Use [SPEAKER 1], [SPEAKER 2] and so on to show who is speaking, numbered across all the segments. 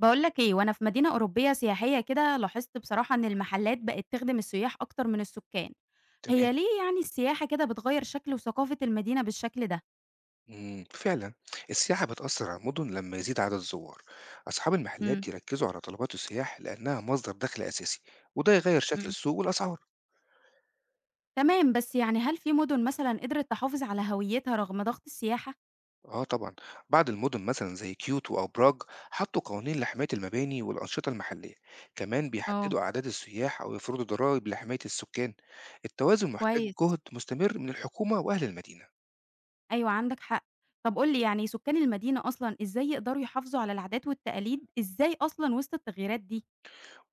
[SPEAKER 1] باقول لك إيه، وأنا في مدينة أوروبية سياحية كده لاحظت بصراحة إن المحلات بقت تخدم السياح أكتر من السكان.
[SPEAKER 2] تمام.
[SPEAKER 1] هي ليه يعني السياحة كده بتغيّر شكل وثقافة المدينة بالشكل ده؟
[SPEAKER 2] فعلًا السياحة بتأثّر على المدن لمّا يزيد عدد الزوّار، أصحاب
[SPEAKER 1] امم،
[SPEAKER 2] المحلات يركّزوا على طلبات السياح لأنها مصدر دخل أساسي، وده يغيّر شكل
[SPEAKER 1] امم.
[SPEAKER 2] السوق والأسعار.
[SPEAKER 1] تمام، بس يعني هل في مدن مثلًا قدرت تحافظ على هويتها رغم ضغط السياحة؟
[SPEAKER 2] آه طبعًا، بعض المدن مثلًا زي كيوتو أو براغ حطّوا قوانين لحماية المباني والأنشطة المحلية، كمان
[SPEAKER 1] آه،
[SPEAKER 2] بيحدّدوا أعداد السياح أو يفرضوا ضرايب لحماية السكان. التوازن محتاج
[SPEAKER 1] كويس.
[SPEAKER 2] جهد مستمر من الحكومة وأهل المدينة.
[SPEAKER 1] أيوه عندك حق، طب قُل لي يعني سكان المدينة أصلًا إزاي يقدروا يحافظوا على العادات والتقاليد، إزاي أصلًا وسط التغييرات دي؟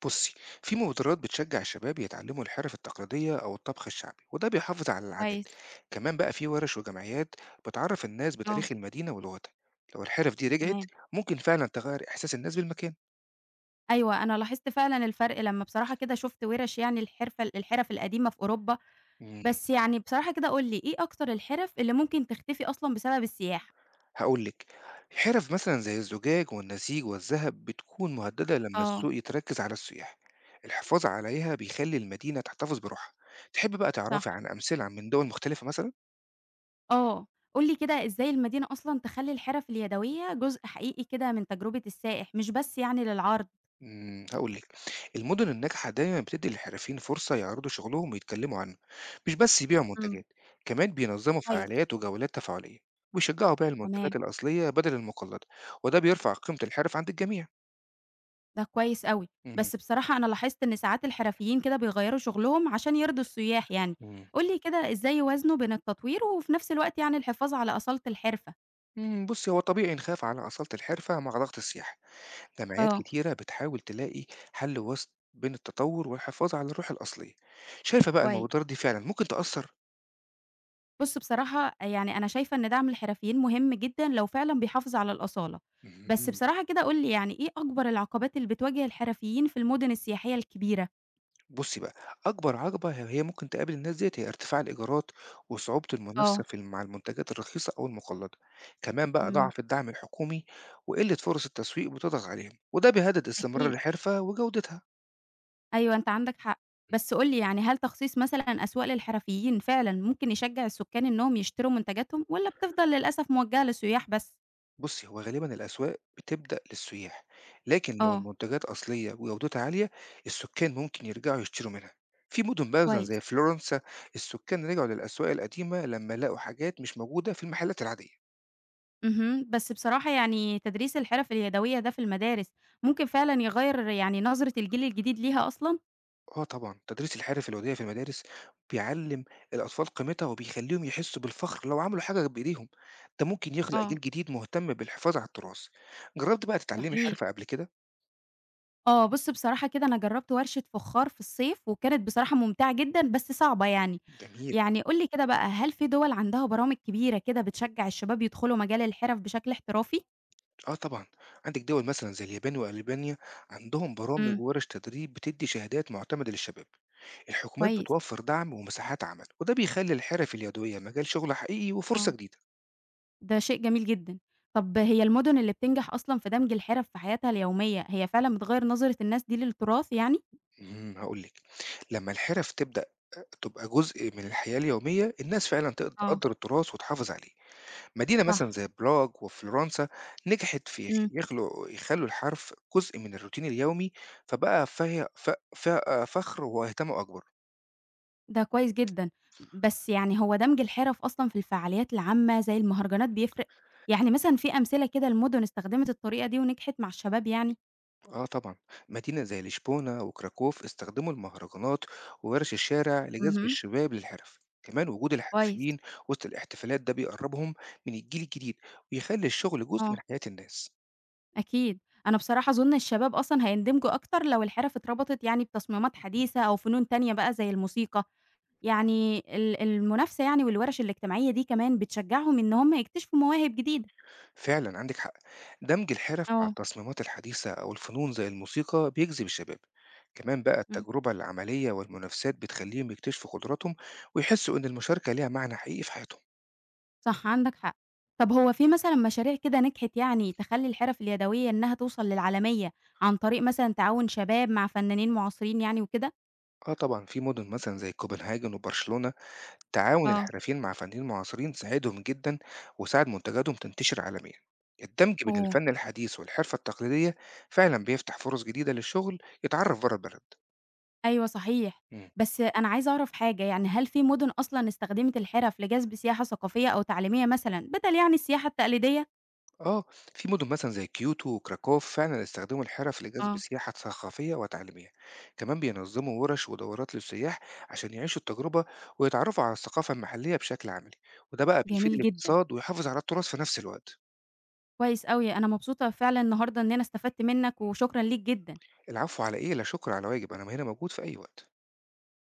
[SPEAKER 2] بُصّي، في مبادرات بتشجّع الشباب يتعلّموا الحرف التقليدية أو الطبخ الشعبي، وده بيحافظ على العادات،
[SPEAKER 1] كويس،
[SPEAKER 2] كمان بقى في ورش وجمعيات بتعرّف الناس
[SPEAKER 1] آه.
[SPEAKER 2] بتاريخ المدينة ولغتها، لو الحرف دي رجعت
[SPEAKER 1] تمام.
[SPEAKER 2] ممكن فعلًا تغيّر إحساس الناس بالمكان.
[SPEAKER 1] أيوه، أنا لاحظت فعلًا الفرق لمّا بصراحة كده شُفت وِرَش يعني الحِرَف القديمة في أوروبا.
[SPEAKER 2] إمم،
[SPEAKER 1] بس يعني بصراحة كده قُل لي إيه أكتر الحِرَف اللي ممكن تختفي أصلًا بسبب السياحة؟
[SPEAKER 2] هاقول لِك، حرف مثلًا زي الزجاج والنسيج والذهب بتكون مهددة لمّا
[SPEAKER 1] آه،
[SPEAKER 2] السوق يتركّز على السياح، الحفاظ عليها بيخلّي المدينة تحتفظ بروحها. تحبّي بقى تعرفي
[SPEAKER 1] صح.
[SPEAKER 2] عن أمثلة من دول مختلفة مثلًا؟
[SPEAKER 1] آه، قُل لي كده إزاي المدينة أصلًا تخلّي الحِرَف اليدوية جزء حقيقي كده من تجربة السائح، مش بس يعني للعرض؟
[SPEAKER 2] هاقول لِك، المدن الناجحة دايمًا بتدّي للحرفيين فرصة يعرضوا شغلهم ويتكلموا عنه، مش بس يبيعوا
[SPEAKER 1] إمم.
[SPEAKER 2] منتجات، كمان بينظموا
[SPEAKER 1] كويس،
[SPEAKER 2] فعاليات وجولات تفاعلية، ويشجعوا بيع المنتجات
[SPEAKER 1] تمام،
[SPEAKER 2] الأصلية بدل المقلدة، وده بيرفع قيمة الحرف عند الجميع.
[SPEAKER 1] ده كويس أوي.
[SPEAKER 2] اهم.
[SPEAKER 1] بس بصراحة أنا لاحظت إن ساعات الحرفيين كده بيغيّروا شغلهم عشان يرضوا السياح يعني.
[SPEAKER 2] امم.
[SPEAKER 1] قُل لي كده إزاي يوازنوا بين التطوير وفي نفس الوقت يعني الحفاظ على أصالة الحرفة؟
[SPEAKER 2] بُصّي هو طبيعي نخاف على أصالة الحرفة مع ضغط السياحة، جمعيات
[SPEAKER 1] آه،
[SPEAKER 2] كتيرة بتحاول تلاقي حل وسط بين التطور والحفاظ على الروح الأصلية. شايفة بقى
[SPEAKER 1] كويس.
[SPEAKER 2] المبادرات دي فعلًا ممكن تأثّر؟
[SPEAKER 1] بُص بصراحة يعني أنا شايفة إن دعم الحرفيين مهم جدًا لو فعلًا بيحافظ على الأصالة. بس
[SPEAKER 2] اهم.
[SPEAKER 1] بصراحة كده قُل لي يعني إيه أكبر العقبات اللي بتواجه الحرفيين في المدن السياحية الكبيرة؟
[SPEAKER 2] بُصّي بقى، أكبر عقبة هي ممكن تقابل الناس ديّة هي ارتفاع الإيجارات وصعوبة المنافسة
[SPEAKER 1] آه،
[SPEAKER 2] في ال مع المنتجات الرخيصة أو المقلّدة، كمان بقى
[SPEAKER 1] إمم،
[SPEAKER 2] ضعف الدعم الحكومي وقلة فرص التسويق بتضغط عليهم، وده بيهدد استمرار
[SPEAKER 1] أكيد.
[SPEAKER 2] الحرفة وجودتها.
[SPEAKER 1] أيوه، أنت عندك حق. بس قُل لي يعني هل تخصيص مثلًا أسواق للحرفيين فعلًا ممكن يشجع السكان إنهم يشتروا منتجاتهم والّا بتفضل للأسف موجهة للسياح بس؟
[SPEAKER 2] بُصّي، هو غالبًا الأسواق بتبدأ للسياح، لكن لو
[SPEAKER 1] آه،
[SPEAKER 2] المنتجات أصلية وجودتها عالية، السكان ممكن يرجعوا يشتروا منها. في مدن بقى مثلًا زي
[SPEAKER 1] كويس.
[SPEAKER 2] فلورنسا، السكان رجعوا للأسواق القديمة لمّا لقوا حاجات مش موجودة في المحلات العادية.
[SPEAKER 1] اهم، بس بصراحة يعني تدريس الحِرَف اليدوية ده في المدارس ممكن فعلًا يغيّر يعني نظرة الجيل الجديد ليها أصلًا؟
[SPEAKER 2] آه طبعًا، تدريس الحرف اليدوية في المدارس بيعلّم الأطفال قيمتها وبيخلّيهم يحسّوا بالفخر لو عملوا حاجة بإيديهم، ده ممكن يخلق جيل
[SPEAKER 1] آه،
[SPEAKER 2] جديد مهتم بالحفاظ على التراث. جرّبتِ بقى تتعلّمي
[SPEAKER 1] صحيح.
[SPEAKER 2] حرفة قبل كده؟
[SPEAKER 1] آه، بُص بصراحة كده أنا جرّبت ورشة فخّار في الصيف، وكانت بصراحة ممتعة جدًا بس صعبة يعني.
[SPEAKER 2] جميل.
[SPEAKER 1] يعني قُل لي كده بقى، هل في دول عندها برامج كبيرة كده بتشجّع الشباب يدخلوا مجال الحِرَف بشكل احترافي؟
[SPEAKER 2] آه طبعًا، عندِك دِوَل مثلًا زي اليابان وألبانيا عندهم برامج
[SPEAKER 1] إمم،
[SPEAKER 2] وورش تدريب بتدّي شهادات معتمدة للشباب. الحكومات
[SPEAKER 1] كويس.
[SPEAKER 2] بتوفّر دعم ومساحات عمل، وده بيخلّي الحرف اليدوية مجال شغل حقيقي وفرصة
[SPEAKER 1] آه،
[SPEAKER 2] جديدة.
[SPEAKER 1] ده شيء جميل جدًا. طب هي المُدن اللي بتنجح أصلًا في دمج الحِرَف في حياتها اليومية، هي فعلًا بتغيّر نظرة الناس دي للتراث يعني؟
[SPEAKER 2] هاقول لِك، لمّا الحِرَف تبدأ تبقى جزء من الحياة اليومية، الناس فعلًا
[SPEAKER 1] آه.
[SPEAKER 2] تقدّر التراث وتحافظ عليه. مدينة مثلًا
[SPEAKER 1] صح.
[SPEAKER 2] زي براغ وفلورنسا نجحت في يخ
[SPEAKER 1] إمم،
[SPEAKER 2] يخلقوا يخلّوا الحرف جزء من الروتين اليومي، فبقى فهي ف ف فخر واهتمام أكبر.
[SPEAKER 1] ده كويس جدًا. بس يعني هو دمج الحرف أصلًا في الفعاليات العامة زي المهرجانات بيفرق؟ يعني مثلًا في أمثلة كده لمدن استخدمت الطريقة دي ونجحت مع الشباب يعني؟
[SPEAKER 2] آه طبعًا، مدينة زي لشبونة وكراكوف استخدموا المهرجانات وورش الشارع لجذب
[SPEAKER 1] اهم،
[SPEAKER 2] الشباب للحِرَف. كمان وجود
[SPEAKER 1] كويس.
[SPEAKER 2] الحرفيين وسط الاحتفالات ده بيقرّبهم من الجيل الجديد ويخلّي الشغل جزء من
[SPEAKER 1] آه،
[SPEAKER 2] حياة الناس.
[SPEAKER 1] أكيد، أنا بصراحة أظن الشباب أصلًا هيندمجوا أكتر لو الحرف اتربطت يعني بتصميمات حديثة أو فنون تانية بقى زي الموسيقى. يعني المنافسة يعني والورش الاجتماعية دي كمان بتشجعهم إن هم يكتشفوا مواهب جديدة.
[SPEAKER 2] فعلًا عندِك حق، دمج الحرف مع
[SPEAKER 1] آه،
[SPEAKER 2] التصميمات الحديثة أو الفنون زي الموسيقى بيجذب الشباب، كمان بقى
[SPEAKER 1] إمم.
[SPEAKER 2] التجربة العملية والمنافسات بتخليهم يكتشفوا قدراتهم ويحسوا إن المشاركة ليها معنى حقيقي في حياتهم.
[SPEAKER 1] صح، عندك حق. طب هو في مثلًا مشاريع كده نجحت يعني تخلّي الحرف اليدوية إنها توصل للعالمية، عن طريق مثلًا تعاون شباب مع فنانين معاصرين يعني وكده؟
[SPEAKER 2] آه طبعًا في مدن مثلًا زي كوبنهاجن وبرشلونة تعاون
[SPEAKER 1] آه،
[SPEAKER 2] الحرفيين مع فنانين معاصرين ساعدهم جدًا وساعد منتجاتهم تنتشر عالميًا. الدمج بين
[SPEAKER 1] أوه!
[SPEAKER 2] الفن الحديث والحرفة التقليدية فعلًا بيفتح فرص جديدة للشغل يتعرف بره البلد.
[SPEAKER 1] أيوه صحيح.
[SPEAKER 2] إمم.
[SPEAKER 1] بس أنا عايزة أعرف حاجة، يعني هل في مدن أصلًا استخدمت الحرف لجذب سياحة ثقافية أو تعليمية مثلًا، بدل يعني السياحة التقليدية؟
[SPEAKER 2] آه، في مدن مثلا زي كيوتو وكراكوف فعلا استخدموا الحرف لجذب
[SPEAKER 1] آه.
[SPEAKER 2] سياحة ثقافية وتعليمية، كمان بينظموا ورش ودورات للسياح عشان يعيشوا التجربة ويتعرفوا على الثقافة المحلية بشكل عملي، وده بقى بيفيد
[SPEAKER 1] جميل جدًا،
[SPEAKER 2] الاقتصاد ويحافظ على التراث في نفس الوقت.
[SPEAKER 1] كويس أوي. أنا مبسوطة فعلًا النهارده إن أنا استفدت منك، وشكرًا ليك جدًا.
[SPEAKER 2] العفو على إيه؟ لا شكر على واجب، أنا هنا موجود في أي وقت.